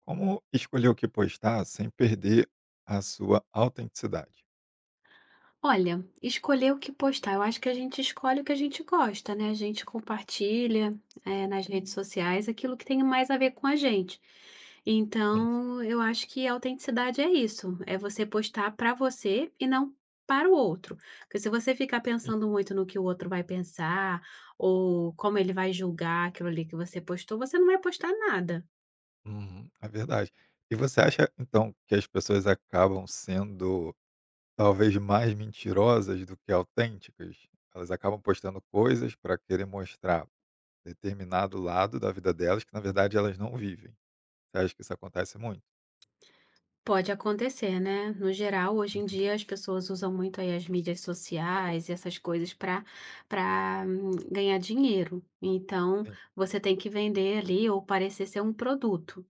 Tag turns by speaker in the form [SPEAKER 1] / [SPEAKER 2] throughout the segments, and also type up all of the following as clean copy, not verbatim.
[SPEAKER 1] Como escolher o que postar sem perder a sua autenticidade?
[SPEAKER 2] Olha, escolher o que postar, eu acho que a gente escolhe o que a gente gosta, né, a gente compartilha, nas redes sociais aquilo que tem mais a ver com a gente.
[SPEAKER 1] Sim,
[SPEAKER 2] Então, eu acho que a autenticidade é isso, é você postar para você e não para o outro, porque se você ficar
[SPEAKER 1] sim.
[SPEAKER 2] pensando muito no que o outro vai pensar, ou como ele vai julgar aquilo ali que você postou, você não vai postar nada.
[SPEAKER 1] Uhum, é verdade. E você acha, então, que as pessoas acabam sendo talvez mais mentirosas do que autênticas? Elas acabam postando coisas para querer mostrar determinado lado da vida delas que, na verdade, elas não vivem. Você acha que isso acontece muito?
[SPEAKER 2] Pode acontecer, né. No geral, hoje em
[SPEAKER 1] Uhum,
[SPEAKER 2] dia as pessoas usam muito aí as mídias sociais e essas coisas para para ganhar dinheiro. Então,
[SPEAKER 1] sim,
[SPEAKER 2] você tem que vender ali ou parecer ser um produto.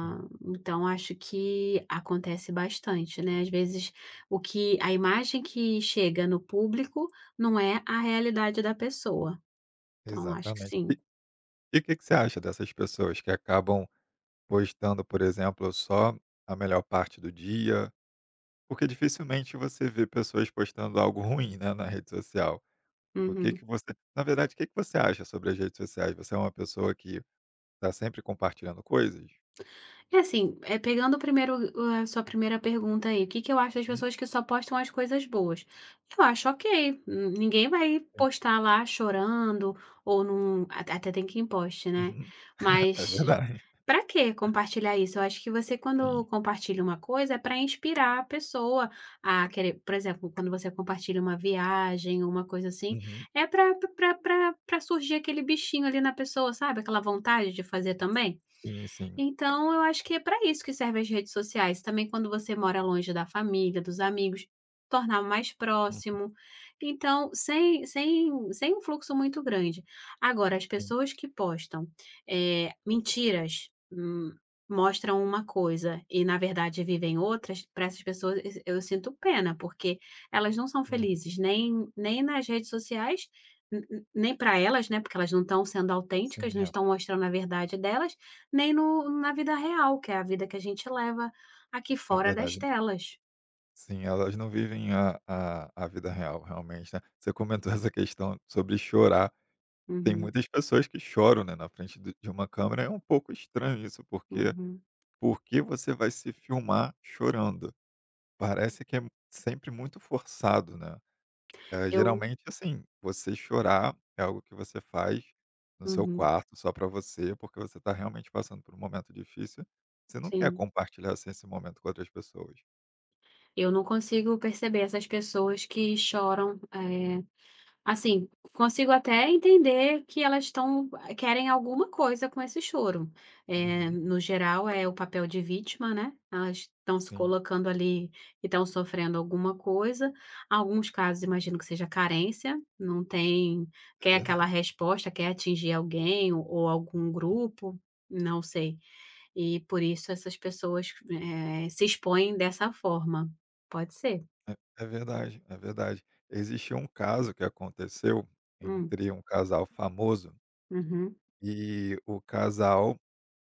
[SPEAKER 1] sim.
[SPEAKER 2] então acho que acontece bastante, né. Às vezes o que a imagem que chega no público não é a realidade da pessoa. Então acho que
[SPEAKER 1] Exatamente.
[SPEAKER 2] sim.
[SPEAKER 1] E o que que você acha dessas pessoas que acabam postando, por exemplo, só a melhor parte do dia? Porque dificilmente você vê pessoas postando algo ruim, né, na rede social. O que que
[SPEAKER 2] Uhum.
[SPEAKER 1] você Na verdade, o que que você acha sobre as redes sociais? Você é uma pessoa que está sempre compartilhando coisas?
[SPEAKER 2] É assim, é pegando primeiro a sua primeira pergunta aí, o que que eu acho das
[SPEAKER 1] Uhum,
[SPEAKER 2] pessoas que só postam as coisas boas? Eu acho ok, ninguém vai
[SPEAKER 1] sim.
[SPEAKER 2] postar lá chorando ou num até tem quem poste, né,
[SPEAKER 1] Uhum. É
[SPEAKER 2] mas
[SPEAKER 1] verdade.
[SPEAKER 2] pra que compartilhar isso? Eu acho que você quando
[SPEAKER 1] Sim.
[SPEAKER 2] compartilha uma coisa é para inspirar a pessoa a querer por exemplo, quando você compartilha uma viagem ou uma coisa assim,
[SPEAKER 1] Uhum.
[SPEAKER 2] é para para para pra surgir aquele bichinho ali na pessoa, sabe, aquela vontade de fazer também.
[SPEAKER 1] Sim, sim.
[SPEAKER 2] Então, eu acho que é para isso que servem as redes sociais, também quando você mora longe da família, dos amigos, tornar mais
[SPEAKER 1] Uhum,
[SPEAKER 2] próximo. Então, sem um fluxo muito grande. Agora as
[SPEAKER 1] sim.
[SPEAKER 2] pessoas que postam, mentiras, mostram uma coisa e na verdade vivem outras, para essas pessoas es eu sinto pena, porque elas não são
[SPEAKER 1] Uhum.
[SPEAKER 2] felizes nem nas redes sociais, n n nem para elas, né, porque elas não estão sendo autênticas, não
[SPEAKER 1] Sim, é.
[SPEAKER 2] estão mostrando a verdade delas, nem no na vida real, que é a vida que a gente leva aqui
[SPEAKER 1] É
[SPEAKER 2] fora das
[SPEAKER 1] verdade.
[SPEAKER 2] telas.
[SPEAKER 1] Sim, elas não vivem a vida real, realmente, né. Você comentou essa questão sobre chorar. Tem
[SPEAKER 2] Uhum,
[SPEAKER 1] muitas pessoas que choram, né, na frente do de uma câmera. É um pouco estranho isso, porque
[SPEAKER 2] uhum.
[SPEAKER 1] por que você vai se filmar chorando? Parece que é sempre muito forçado, né.
[SPEAKER 2] Eu
[SPEAKER 1] Geralmente, assim, você chorar é algo que você faz no seu
[SPEAKER 2] Uhum,
[SPEAKER 1] quarto, só para você, porque você está realmente passando por um momento difícil, você não quer
[SPEAKER 2] sim.
[SPEAKER 1] compartilhar, assim, esse momento com outras pessoas.
[SPEAKER 2] Eu não consigo perceber essas pessoas que choram, assim, consigo até entender que elas estão querem alguma coisa com esse choro.
[SPEAKER 1] Uhum.
[SPEAKER 2] No geral é o papel de vítima, né, elas estão se
[SPEAKER 1] Sim,
[SPEAKER 2] colocando ali e estão sofrendo alguma coisa. Alguns casos imagino que seja carência, não tem
[SPEAKER 1] é
[SPEAKER 2] quer aquela
[SPEAKER 1] verdade.
[SPEAKER 2] resposta, quer atingir alguém ou algum
[SPEAKER 1] Sim.
[SPEAKER 2] grupo, não sei. E por isso essas pessoas, se expõem dessa forma. Pode ser.
[SPEAKER 1] É é verdade, é verdade. Existiu um caso que aconteceu
[SPEAKER 2] Hum.
[SPEAKER 1] entre um casal famoso
[SPEAKER 2] Uhum.
[SPEAKER 1] e o casal...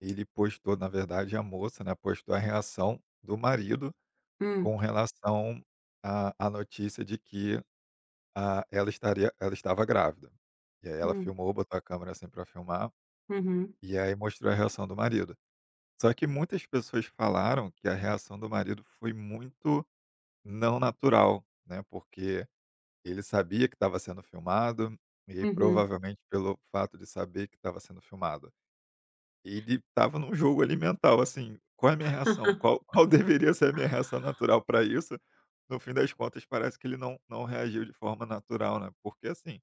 [SPEAKER 1] Ele postou, na verdade, a moça, né, postou a reação do marido
[SPEAKER 2] Hum.
[SPEAKER 1] com relação à notícia de que, ah, ela estava grávida. E aí ela
[SPEAKER 2] Hum.
[SPEAKER 1] filmou, botou a câmera, assim, pra filmar,
[SPEAKER 2] Uhum.
[SPEAKER 1] e aí mostrou a reação do marido. Só que muitas pessoas falaram que a reação do marido foi muito não natural, né, porque ele sabia que estava sendo filmado, e aí
[SPEAKER 2] Uhum.
[SPEAKER 1] provavelmente pelo fato de saber que estava sendo filmado, ele estava num jogo ali mental, assim: qual é a minha reação? Qual deveria ser a minha reação natural para isso? No fim das contas, parece que ele não reagiu de forma natural, né, porque, assim,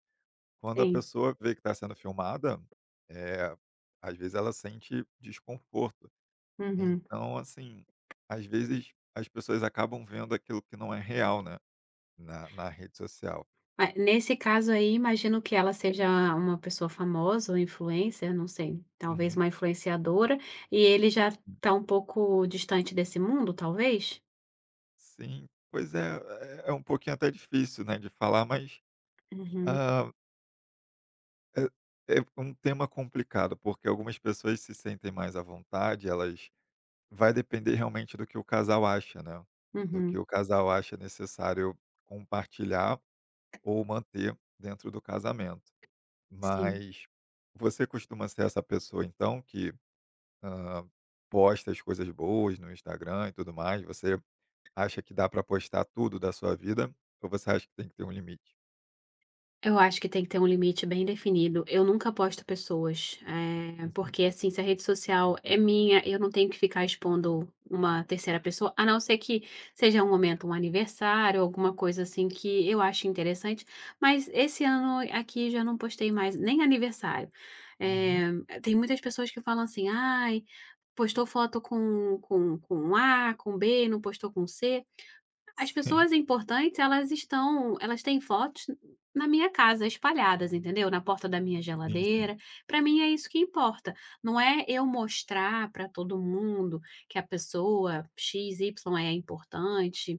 [SPEAKER 1] quando a
[SPEAKER 2] Sim.
[SPEAKER 1] pessoa vê que está sendo filmada, eh, às vezes ela sente desconforto.
[SPEAKER 2] Uhum.
[SPEAKER 1] Então, assim, às vezes as pessoas acabam vendo aquilo que não é real, né, na rede social.
[SPEAKER 2] Ah, nesse caso aí, imagino que ela seja uma pessoa famosa ou influencer, não sei, talvez
[SPEAKER 1] Uhum.
[SPEAKER 2] uma influenciadora, e ele já está um pouco distante desse mundo, talvez?
[SPEAKER 1] Sim, pois é, é é um pouquinho até difícil, né, de falar, mas,
[SPEAKER 2] Uhum.
[SPEAKER 1] ah, é é um tema complicado, porque algumas pessoas se sentem mais à vontade, elas... vai depender realmente do que o casal acha, né, do
[SPEAKER 2] Uhum.
[SPEAKER 1] que o casal acha necessário compartilhar ou manter dentro do casamento.
[SPEAKER 2] Sim.
[SPEAKER 1] Mas você costuma ser essa pessoa, então, que, hã, posta as coisas boas no Instagram e tudo mais? Você acha que dá para postar tudo da sua vida ou você acha que tem que ter um limite?
[SPEAKER 2] Eu acho que tem que ter um limite bem definido. Eu nunca posto pessoas,
[SPEAKER 1] Uhum,
[SPEAKER 2] porque, assim, se a rede social é minha, eu não tenho que ficar expondo uma terceira pessoa, a não ser que seja um momento, um aniversário, alguma coisa assim que eu ache interessante. Mas esse ano aqui já não postei mais nem aniversário.
[SPEAKER 1] uhum.
[SPEAKER 2] Eh, Tem muitas pessoas que falam assim: "Ai, postou foto com A, com B, não postou com C". As
[SPEAKER 1] Sim,
[SPEAKER 2] pessoas importantes, elas têm fotos na minha casa espalhadas, entendeu, na porta da minha
[SPEAKER 1] sim, sim,
[SPEAKER 2] geladeira. Para mim é isso que importa. Não é eu mostrar para todo mundo que a pessoa x y é importante.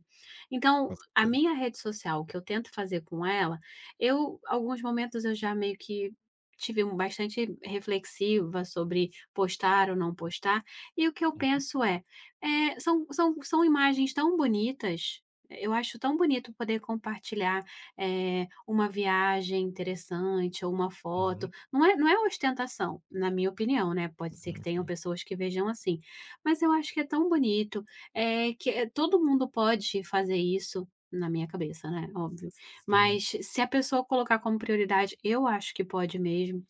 [SPEAKER 2] Então,
[SPEAKER 1] com
[SPEAKER 2] a
[SPEAKER 1] certeza.
[SPEAKER 2] minha rede social, o que eu tento fazer com ela, eu alguns momentos eu já meio que tive um bastante reflexiva sobre postar ou não postar, e o que eu
[SPEAKER 1] Uhum,
[SPEAKER 2] penso é, são imagens tão bonitas, eu acho tão bonito poder compartilhar, uma viagem interessante ou uma foto.
[SPEAKER 1] uhum.
[SPEAKER 2] Não é ostentação, na minha opinião, né, pode ser que
[SPEAKER 1] Sim,
[SPEAKER 2] tenham
[SPEAKER 1] sim.
[SPEAKER 2] pessoas que vejam assim, mas eu acho que é tão bonito, que é todo mundo pode fazer isso, na minha cabeça, né, óbvio.
[SPEAKER 1] Sim.
[SPEAKER 2] Mas se a pessoa colocar como prioridade, eu acho que pode mesmo.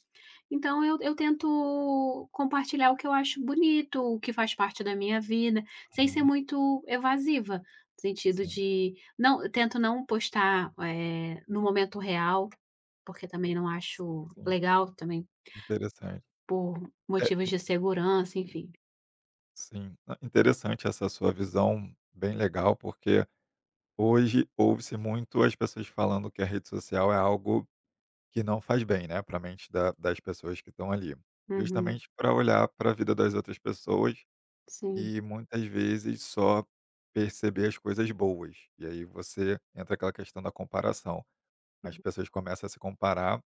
[SPEAKER 2] Então eu tento compartilhar o que eu acho bonito, o que faz parte da minha vida, sem ser
[SPEAKER 1] Uhum.
[SPEAKER 2] muito evasiva, no sentido
[SPEAKER 1] Sim,
[SPEAKER 2] de não eu tento não postar, no momento real, porque também não
[SPEAKER 1] sim,
[SPEAKER 2] acho
[SPEAKER 1] sim.
[SPEAKER 2] legal, também
[SPEAKER 1] Interessante.
[SPEAKER 2] por
[SPEAKER 1] É,
[SPEAKER 2] motivos de segurança, enfim.
[SPEAKER 1] sim. Ah, interessante essa sua visão, bem legal, porque hoje ouve-se muito as pessoas falando que a rede social é algo que não faz bem, né, para a mente da das pessoas que estão ali.
[SPEAKER 2] Uhum,
[SPEAKER 1] Justamente para olhar para a vida das outras pessoas
[SPEAKER 2] sim.
[SPEAKER 1] e muitas vezes só perceber as coisas boas. E aí você entra aquela questão da comparação. As pessoas começam a se comparar.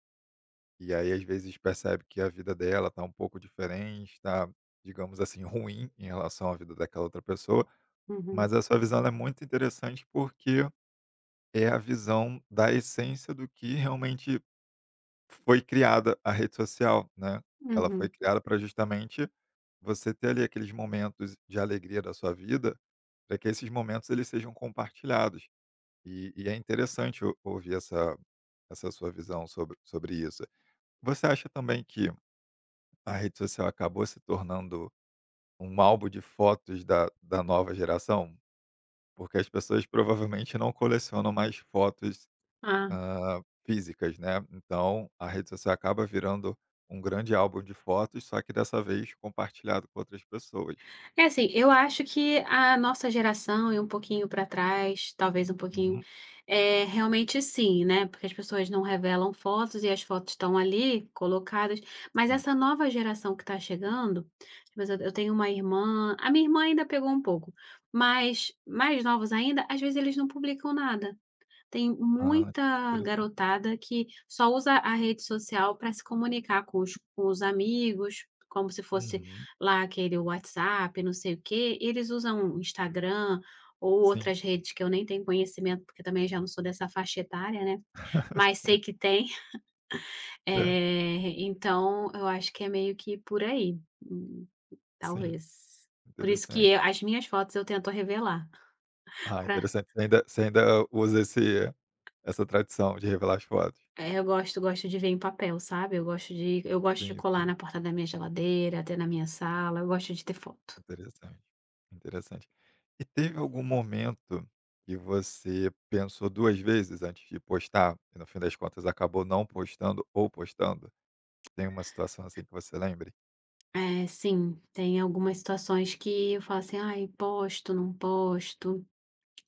[SPEAKER 1] E aí, às vezes, percebe que a vida dela tá um pouco diferente, tá, digamos assim, ruim em relação à vida daquela outra pessoa,
[SPEAKER 2] Uhum,
[SPEAKER 1] mas a sua visão ela é muito interessante porque é a visão da essência do que realmente foi criada a rede social, né. Ela foi
[SPEAKER 2] uhum.
[SPEAKER 1] criada para justamente você ter ali aqueles momentos de alegria da sua vida, para que esses momentos eles sejam compartilhados. E é interessante o ouvir essa sua visão sobre isso. Você acha também que a rede social acabou se tornando um álbum de fotos da nova geração? Porque as pessoas provavelmente não colecionam mais fotos,
[SPEAKER 2] Ah.
[SPEAKER 1] físicas, né, então a rede social acaba virando um grande álbum de fotos, só que dessa vez compartilhado com outras pessoas.
[SPEAKER 2] É assim, eu acho que a nossa geração e um pouquinho para trás, talvez um pouquinho,
[SPEAKER 1] Uhum,
[SPEAKER 2] é realmente sim, né, porque as pessoas não revelam fotos e as fotos estão ali colocadas, mas
[SPEAKER 1] sim.
[SPEAKER 2] essa nova geração que está chegando, mas eu tenho uma irmã a minha irmã ainda pegou um pouco, mas mais novos ainda, às vezes eles não publicam nada. Tem
[SPEAKER 1] Ah,
[SPEAKER 2] muita
[SPEAKER 1] interessante.
[SPEAKER 2] garotada que só usa a rede social para se comunicar com os amigos, como se fosse
[SPEAKER 1] Uhum,
[SPEAKER 2] lá aquele WhatsApp, não sei o quê. Eles usam o Instagram ou
[SPEAKER 1] sim.
[SPEAKER 2] outras redes que eu nem tenho conhecimento, porque também já não sou dessa faixa etária, né, mas
[SPEAKER 1] Certo,
[SPEAKER 2] sei que tem.
[SPEAKER 1] certo.
[SPEAKER 2] Então eu acho que é meio que por aí,
[SPEAKER 1] Sim,
[SPEAKER 2] talvez. Por isso que
[SPEAKER 1] interessante.
[SPEAKER 2] eu as minhas fotos eu tento revelar.
[SPEAKER 1] Ah, interessante. Você ainda usa esse essa tradição de revelar as fotos?
[SPEAKER 2] É, eu gosto de ver em papel, sabe, eu gosto de
[SPEAKER 1] Sim,
[SPEAKER 2] colar
[SPEAKER 1] sim.
[SPEAKER 2] na porta da minha geladeira, até na minha sala, eu gosto de ter foto.
[SPEAKER 1] Interessante, interessante. E teve algum momento que você pensou 2 vezes antes de postar e no fim das contas acabou não postando ou postando? Tem uma situação assim que você lembre?
[SPEAKER 2] É, sim, tem algumas situações que eu falo assim: "Ai, posto, não posto".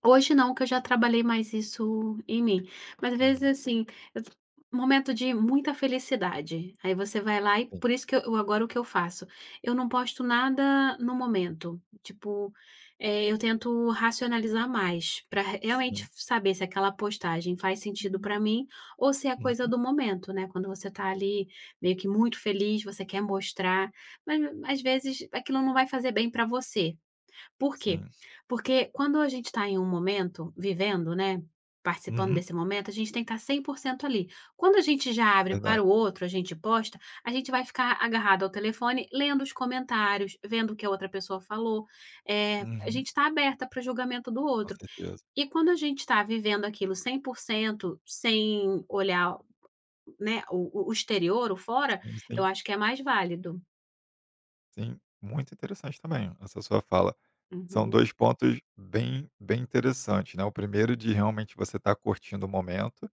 [SPEAKER 2] Hoje não, que eu já trabalhei mais isso em mim. Mas às vezes,
[SPEAKER 1] Uhum.
[SPEAKER 2] assim, eu t momento de muita felicidade, aí você vai lá e
[SPEAKER 1] Sim,
[SPEAKER 2] por isso que agora o que eu faço, eu não posto nada no momento, tipo, eu tento racionalizar mais, para realmente
[SPEAKER 1] sim.
[SPEAKER 2] saber se aquela postagem faz sentido
[SPEAKER 1] Uhum.
[SPEAKER 2] para mim ou se é coisa do momento, né, quando você tá ali meio que muito feliz, você quer mostrar, mas às vezes aquilo não vai fazer bem para você, por quê?
[SPEAKER 1] Sim.
[SPEAKER 2] Porque quando a gente está em um momento, vivendo, né, participando
[SPEAKER 1] Uhum.
[SPEAKER 2] desse momento, a gente tem que estar 100% ali. Quando a gente já abre para
[SPEAKER 1] Verdade.
[SPEAKER 2] o outro, a gente posta, a gente vai ficar agarrado ao telefone, lendo os comentários, vendo o que a outra pessoa falou. A gente
[SPEAKER 1] Uhum.
[SPEAKER 2] está aberta para o julgamento do
[SPEAKER 1] Com
[SPEAKER 2] outro.
[SPEAKER 1] certeza.
[SPEAKER 2] E quando a gente está vivendo aquilo 100%, sem olhar, né, o exterior, o fora,
[SPEAKER 1] Sim,
[SPEAKER 2] eu
[SPEAKER 1] sim,
[SPEAKER 2] acho que é mais válido.
[SPEAKER 1] sim. Muito interessante também essa sua fala. São
[SPEAKER 2] Uhum,
[SPEAKER 1] 2 pontos bem interessantes, né, o primeiro de realmente você estar curtindo o momento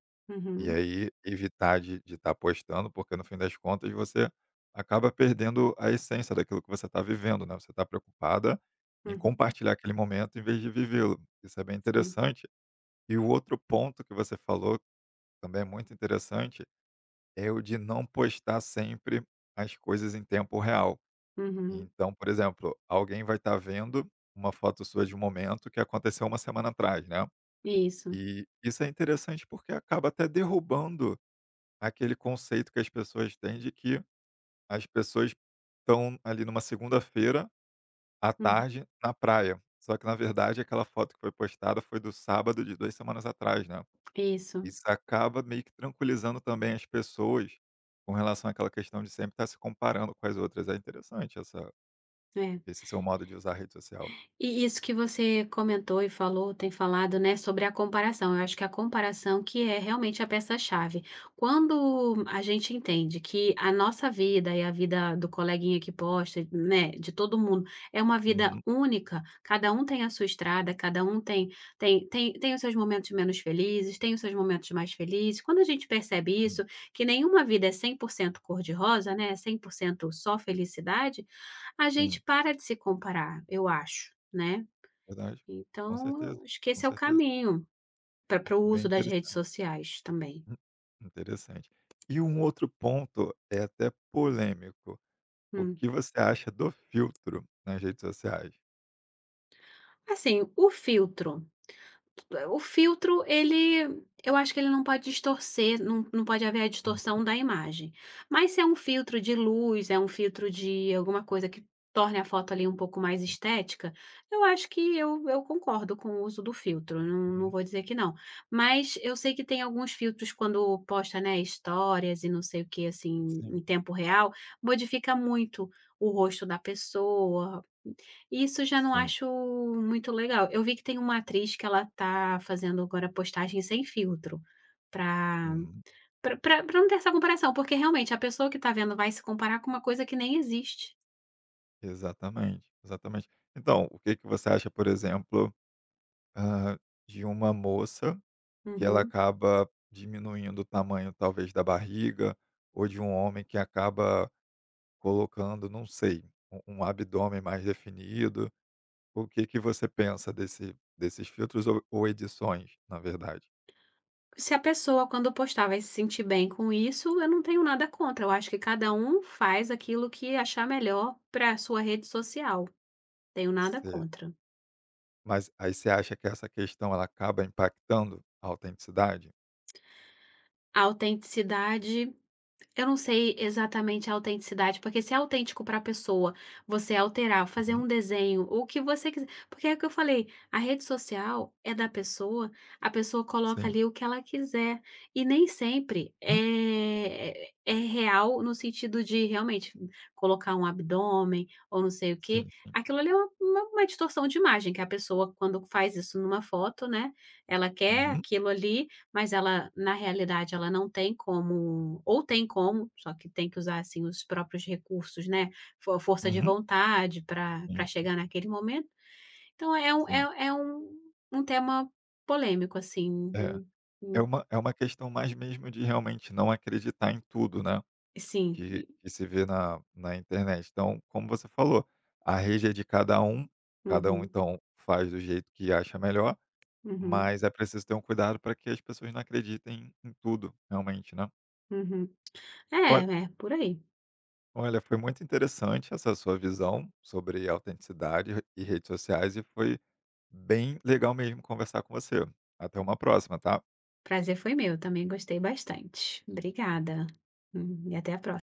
[SPEAKER 1] e
[SPEAKER 2] uhum,
[SPEAKER 1] aí evitar de estar postando, porque no fim das contas você acaba perdendo a essência daquilo que você está vivendo, né, você está preocupada em
[SPEAKER 2] uhum,
[SPEAKER 1] compartilhar aquele momento em vez de vivê-lo. Isso é bem
[SPEAKER 2] sim,
[SPEAKER 1] interessante. E o outro ponto que você falou, que também é muito interessante, é o de não postar sempre as coisas em tempo real.
[SPEAKER 2] uhum,
[SPEAKER 1] Então, por exemplo, alguém vai estar vendo uma foto sua de um momento que aconteceu uma semana atrás, né.
[SPEAKER 2] isso.
[SPEAKER 1] E isso é interessante porque acaba até derrubando aquele conceito que as pessoas têm de que as pessoas estão ali numa segunda-feira à
[SPEAKER 2] Uhum.
[SPEAKER 1] tarde na praia. Só que na verdade aquela foto que foi postada foi do sábado de 2 semanas atrás, né.
[SPEAKER 2] Isso,
[SPEAKER 1] Isso acaba meio que tranquilizando também as pessoas com relação àquela questão de sempre estar se comparando com as outras. É interessante essa
[SPEAKER 2] é.
[SPEAKER 1] esse seu modo de usar a rede social?
[SPEAKER 2] E isso que você comentou e falou tem falado, né, sobre a comparação. Eu acho que a comparação que é realmente a peça-chave. Quando a gente entende que a nossa vida e a vida do coleguinha que posta, né, de todo mundo, é uma vida
[SPEAKER 1] Uhum.
[SPEAKER 2] única, cada um tem a sua estrada, cada um tem os seus momentos menos felizes, tem os seus momentos mais felizes. Quando a gente percebe
[SPEAKER 1] Sim,
[SPEAKER 2] isso, que nenhuma vida é 100% cor-de-rosa, né, 100% só felicidade, a gente
[SPEAKER 1] sim,
[SPEAKER 2] para de se comparar, eu acho, né.
[SPEAKER 1] verdade. Com certeza,
[SPEAKER 2] Então, acho que
[SPEAKER 1] com
[SPEAKER 2] esse é o
[SPEAKER 1] certeza.
[SPEAKER 2] caminho pra para o
[SPEAKER 1] Bem
[SPEAKER 2] uso das redes
[SPEAKER 1] interessante.
[SPEAKER 2] sociais também.
[SPEAKER 1] Hum, interessante. E um outro ponto é até polêmico. O
[SPEAKER 2] Hum.
[SPEAKER 1] que você acha do filtro nas redes sociais?
[SPEAKER 2] Assim, o filtro ele eu acho que ele não pode distorcer, não pode haver a
[SPEAKER 1] Uhum,
[SPEAKER 2] distorção da imagem. Mas se é um filtro de luz, é um filtro de alguma coisa que torne a foto ali um pouco mais estética, eu acho que eu concordo com o uso do filtro, não
[SPEAKER 1] uhum.
[SPEAKER 2] vou dizer que não. Mas eu sei que tem alguns filtros quando posta, né, histórias e não sei o que assim, em
[SPEAKER 1] Sim,
[SPEAKER 2] tempo real, modifica muito o rosto da pessoa. Isso eu já não
[SPEAKER 1] sim.
[SPEAKER 2] acho muito legal. Eu vi que tem uma atriz que ela tá fazendo agora postagem sem filtro, pra
[SPEAKER 1] Uhum.
[SPEAKER 2] pra não ter essa comparação, porque realmente a pessoa que tá vendo vai se comparar com uma coisa que nem existe.
[SPEAKER 1] Exatamente, exatamente. Então, o que que você acha, por exemplo, hã, de uma moça que ela
[SPEAKER 2] Uhum.
[SPEAKER 1] acaba diminuindo o tamanho, talvez, da barriga, ou de um homem que acaba colocando, não sei, um abdômen mais definido? O que que você pensa desses filtros ou edições, na verdade?
[SPEAKER 2] Se a pessoa quando postar vai se sentir bem com isso, eu não tenho nada contra, eu acho que cada um faz aquilo que achar melhor pra sua rede social, tenho nada
[SPEAKER 1] Você
[SPEAKER 2] contra.
[SPEAKER 1] Mas aí você acha que essa questão ela acaba impactando a autenticidade?
[SPEAKER 2] A autenticidade Eu não sei exatamente a autenticidade, porque se é autêntico para a pessoa, você alterar, fazer
[SPEAKER 1] Uhum.
[SPEAKER 2] um desenho, ou o que você quiser. Porque é o que eu falei, a rede social é da pessoa, a pessoa coloca
[SPEAKER 1] Sim.
[SPEAKER 2] ali o que ela quiser. E nem sempre
[SPEAKER 1] Hum.
[SPEAKER 2] é real no sentido de realmente colocar um abdômen ou não sei o quê.
[SPEAKER 1] Sim, sim.
[SPEAKER 2] Aquilo ali é uma distorção de imagem, que a pessoa, quando faz isso numa foto, né? Ela quer
[SPEAKER 1] Uhum,
[SPEAKER 2] aquilo ali, mas ela, na realidade, ela não tem como ou tem como, só que tem que usar, assim, os próprios recursos, né, força de
[SPEAKER 1] uhum.
[SPEAKER 2] vontade para
[SPEAKER 1] Sim, sim,
[SPEAKER 2] chegar naquele momento. Então é
[SPEAKER 1] sim.
[SPEAKER 2] um tema polêmico, assim,
[SPEAKER 1] É, é
[SPEAKER 2] hum,
[SPEAKER 1] uma questão mais mesmo de realmente não acreditar em tudo, né,
[SPEAKER 2] sim.
[SPEAKER 1] que se vê na internet. Então, como você falou, a rede é de cada um
[SPEAKER 2] Uhum,
[SPEAKER 1] então faz do jeito que acha melhor,
[SPEAKER 2] uhum,
[SPEAKER 1] mas é preciso ter um cuidado para que as pessoas não acreditem em tudo realmente, né.
[SPEAKER 2] uhum.
[SPEAKER 1] Olha
[SPEAKER 2] É, por aí.
[SPEAKER 1] Olha, foi muito interessante essa sua visão sobre autenticidade e redes sociais e foi bem legal mesmo conversar com você. Até uma próxima, tá.
[SPEAKER 2] Prazer foi meu, também gostei bastante. Obrigada. E até a próxima.